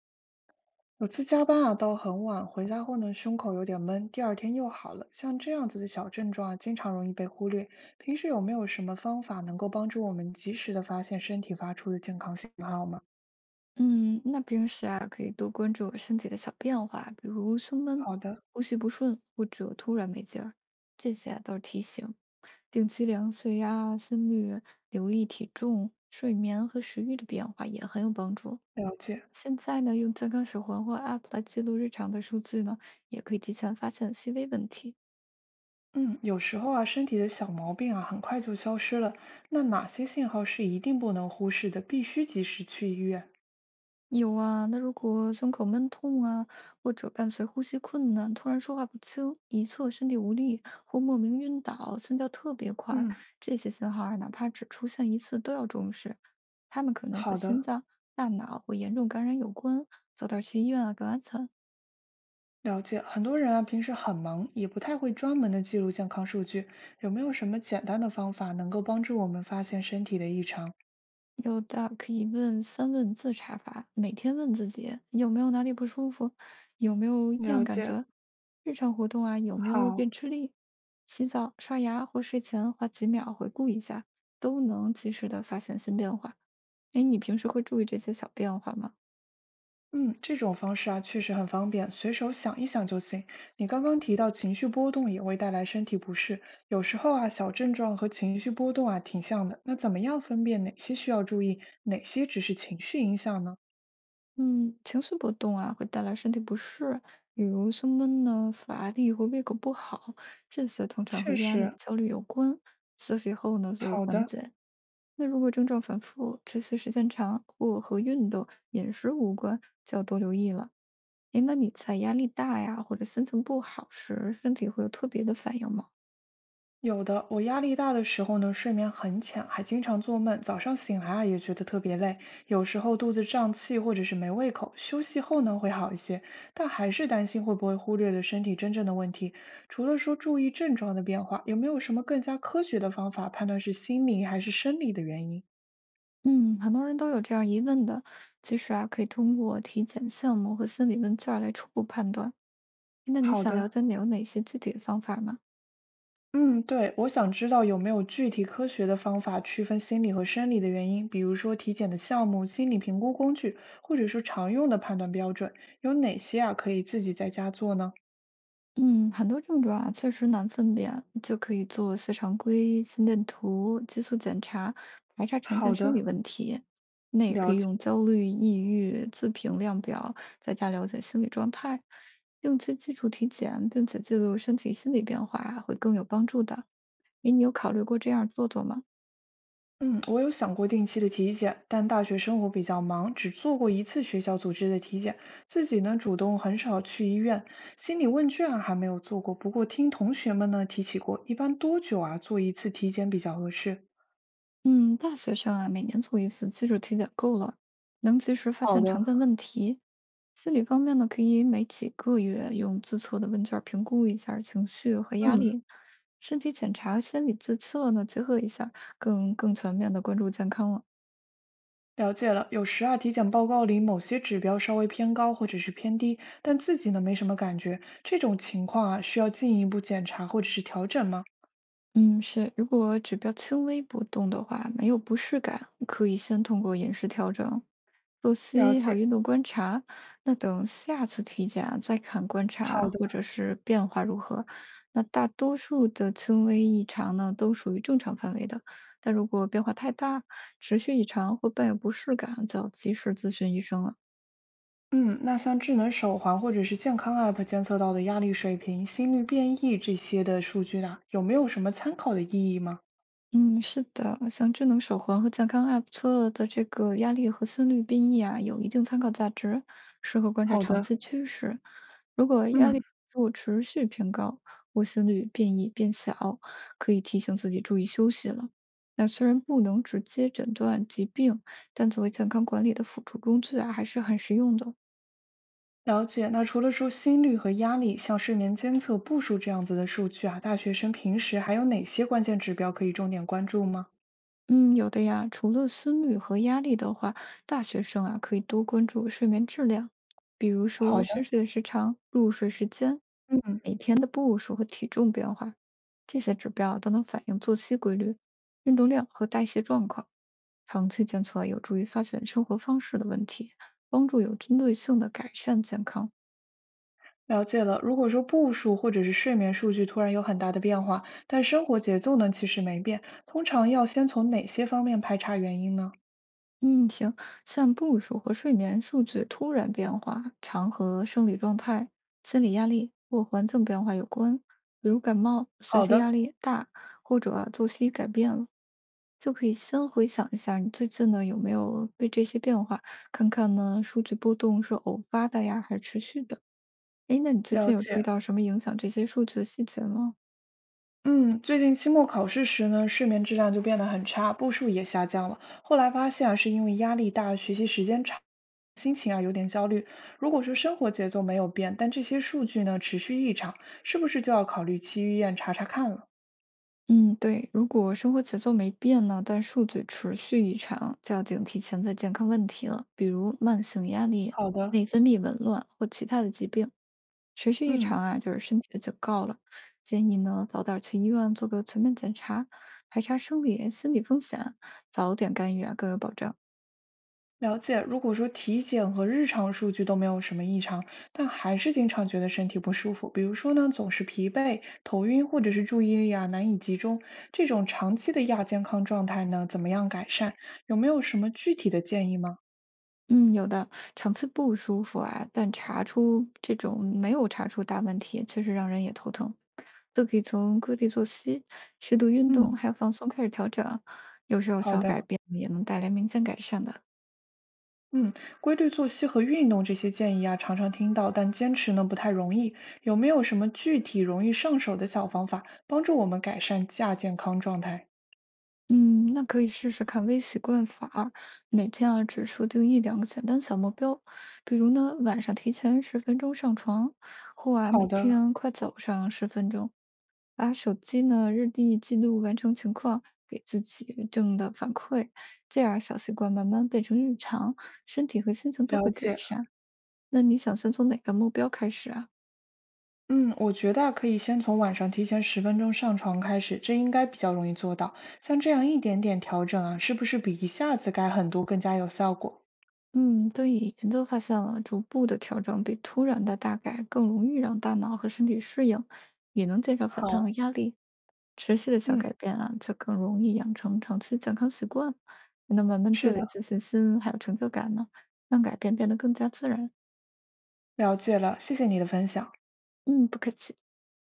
有次加班啊，到很晚，回家后呢，胸口有点闷，第二天又好了。像这样子的小症状啊，经常容易被忽略。平时有没有什么方法能够帮助我们及时的发现身体发出的健康信号吗？嗯，那平时啊，可以多关注我身体的小变化，比如胸闷、好的，呼吸不顺或者突然没劲儿，这些啊都是提醒。定期量血压、心率，留意体重、睡眠和食欲的变化也很有帮助。了解。现在呢，用健康手环或 App 来记录日常的数据呢，也可以提前发现细微问题。嗯，有时候啊，身体的小毛病啊，很快就消失了。那哪些信号是一定不能忽视的，必须及时去医院？有啊，那如果胸口闷痛啊，或者伴随呼吸困难，突然说话不清，一侧身体无力，或莫名晕倒，心跳特别快，嗯，这些信号啊，哪怕只出现一次都要重视。他们可能和好心的。脏、大脑或严重感染有关，早点去医院啊更安全。了解，很多人啊，平时很忙，也不太会专门的记录健康数据，有没有什么简单的方法能够帮助我们发现身体的异常？有的可以问三问自查法，每天问自己有没有哪里不舒服，有没有异样了感解，觉，日常活动啊有没有变好，吃力，洗澡、刷牙或睡前花几秒回顾一下，都能及时的发现新变化。哎，你平时会注意这些小变化吗？嗯，这种方式啊，确实很方便，随手想一想就行。你刚刚提到情绪波动也会带来身体不适，有时候啊，小症状和情绪波动啊挺像的。那怎么样分辨哪些需要注意，哪些只是情绪影响呢？嗯，情绪波动啊会带来身体不适，比如胸闷呢、乏力或胃口不好，这些通常和确压力、实焦虑有关。休息后呢就会好缓的。解。那如果症状反复，持续时间长，或和运动、饮食无关，就要多留意了。诶，那你在压力大呀，或者心情不好时，身体会有特别的反应吗？有的，我压力大的时候呢，睡眠很浅，还经常做梦，早上醒来啊也觉得特别累，有时候肚子胀气或者是没胃口，休息后呢会好一些，但还是担心会不会忽略了身体真正的问题。除了说注意症状的变化，有没有什么更加科学的方法判断是心理还是生理的原因？嗯，很多人都有这样疑问的。其实啊，可以通过体检项目和心理问卷儿来初步判断。那你好想了的，解你有哪些具体的方法吗？嗯，对，我想知道有没有具体科学的方法区分心理和生理的原因，比如说体检的项目、心理评估工具，或者是常用的判断标准，有哪些啊可以自己在家做呢？嗯，很多症状啊，确实难分辨，就可以做血常规、心电图、激素检查，排查常见好生理的，问题。那也可了以解。用焦虑、抑郁、自评量表，在家了解心理状态，定期基础体检，并且记录身体心理变化啊会更有帮助的。诶，你有考虑过这样做做吗？嗯，我有想过定期的体检，但大学生活比较忙，只做过一次学校组织的体检，自己呢主动很少去医院，心理问卷啊还没有做过，不过听同学们呢提起过，一般多久啊做一次体检比较合适？嗯，大学生啊，每年做一次基础体检够了，能及时发好现的，常见问题。心理方面呢，可以每几个月用自测的问卷儿评估一下儿情绪和压嗯。力，身体检查、心理自测呢结合一下儿，更全面的关注健康了。了解了，有时啊，体检报告里某些指标稍微偏高或者是偏低，但自己呢没什么感觉，这种情况啊，需要进一步检查或者是调整吗？嗯，是，如果指标轻微波动的话，没有不适感，可以先通过饮食调整作了息还有解，运动观察，那等下次体检啊再看观察啊好的，或者是变化如何。那大多数的轻微异常呢，都属于正常范围的，但如果变化太大、持续异常或伴有不适感，就要及时咨询医生了。嗯，那像智能手环或者是健康 App 监测到的压力水平、心率变异这些的数据呢，有没有什么参考的意义吗？嗯，是的，像智能手环和健康 App 测的这个压力和心率变异啊，有一定参考价值，适合观察好长的，期趋势。如果压嗯，力如果持续偏高，或心率变异变小，可以提醒自己注意休息了。那虽然不能直接诊断疾病，但作为健康管理的辅助工具啊，还是很实用的。了解。那除了说心率和压力，像睡眠监测步数这样子的数据啊，大学生平时还有哪些关键指标可以重点关注吗？嗯，有的呀。除了思虑和压力的话，大学生啊可以多关注睡眠质量，比如说好深的，睡的时长、入睡时间、嗯。每天的步数和体重变化，这些指标都能反映作息规律、运动量和代谢状况。长期监测有助于发现生活方式的问题，帮助有针对性的改善健康。了解了。如果说步数或者是睡眠数据突然有很大的变化，但生活节奏呢其实没变，通常要先从哪些方面排查原因呢？嗯，行，像步数和睡眠数据突然变化，常和生理状态、心理压力或环境变化有关，比如感冒、学好习压的，力大，或者啊作息改变了，就可以先回想一下你最近呢有没有被这些变化，看看呢数据波动是偶发的呀，还是持续的？诶，那你最了近有注意解。到什么影响这些数据的细节吗？嗯，最近期末考试时呢，睡眠质量就变得很差，步数也下降了。后来发现啊，是因为压力大，学习时间长，心情啊有点焦虑。如果说生活节奏没有变，但这些数据呢持续异常，是不是就要考虑去医院查查看了？嗯，对，如果生活节奏没变呢，但数据持续异常，就要警惕潜在健康问题了，比如慢性压力、好的，内分泌紊乱或其他的疾病。持续异常嗯。啊，就是身体的警告了。建议呢，早点去医院做个全面检查，排查生理、心理风险，早点干预啊，更有保障。了解，如果说体检和日常数据都没有什么异常，但还是经常觉得身体不舒服，比如说呢，总是疲惫、头晕，或者是注意力啊难以集中，这种长期的亚健康状态呢，怎么样改善？有没有什么具体的建议吗？嗯，有的，场次不舒服啊，但查出这种没有查出大问题，确实让人也头疼。都可以从规律作息、适度运动嗯，还有放松开始调整啊，有时候好小的，改变也能带来明显改善的。嗯，规律作息和运动这些建议啊，常常听到，但坚持呢不太容易。有没有什么具体容易上手的小方法，帮助我们改善亚健康状态？嗯，那可以试试看微习惯法儿每天啊只设定一两个简单小目标，比如呢晚上提前十分钟上床，或啊每好的，天快走上十分钟，把手机呢日历记录完成情况，给自己正的反馈，这样小习惯慢慢变成日常，身体和心情都会了改解。善。那你想先从哪个目标开始啊？嗯，我觉得啊可以先从晚上提前10分钟上床开始，这应该比较容易做到。像这样一点点调整啊，是不是比一下子改很多更加有效果？嗯，对，研究发现了，逐步的调整比突然的大改更容易让大脑和身体适应，也能减少反弹和好，压力。持续的小嗯，改变啊，就更容易养成长期健康习惯，也能慢慢积是累的，自信心，还有成就感呢，让改变变得更加自然。了解了，谢谢你的分享。嗯，不客气。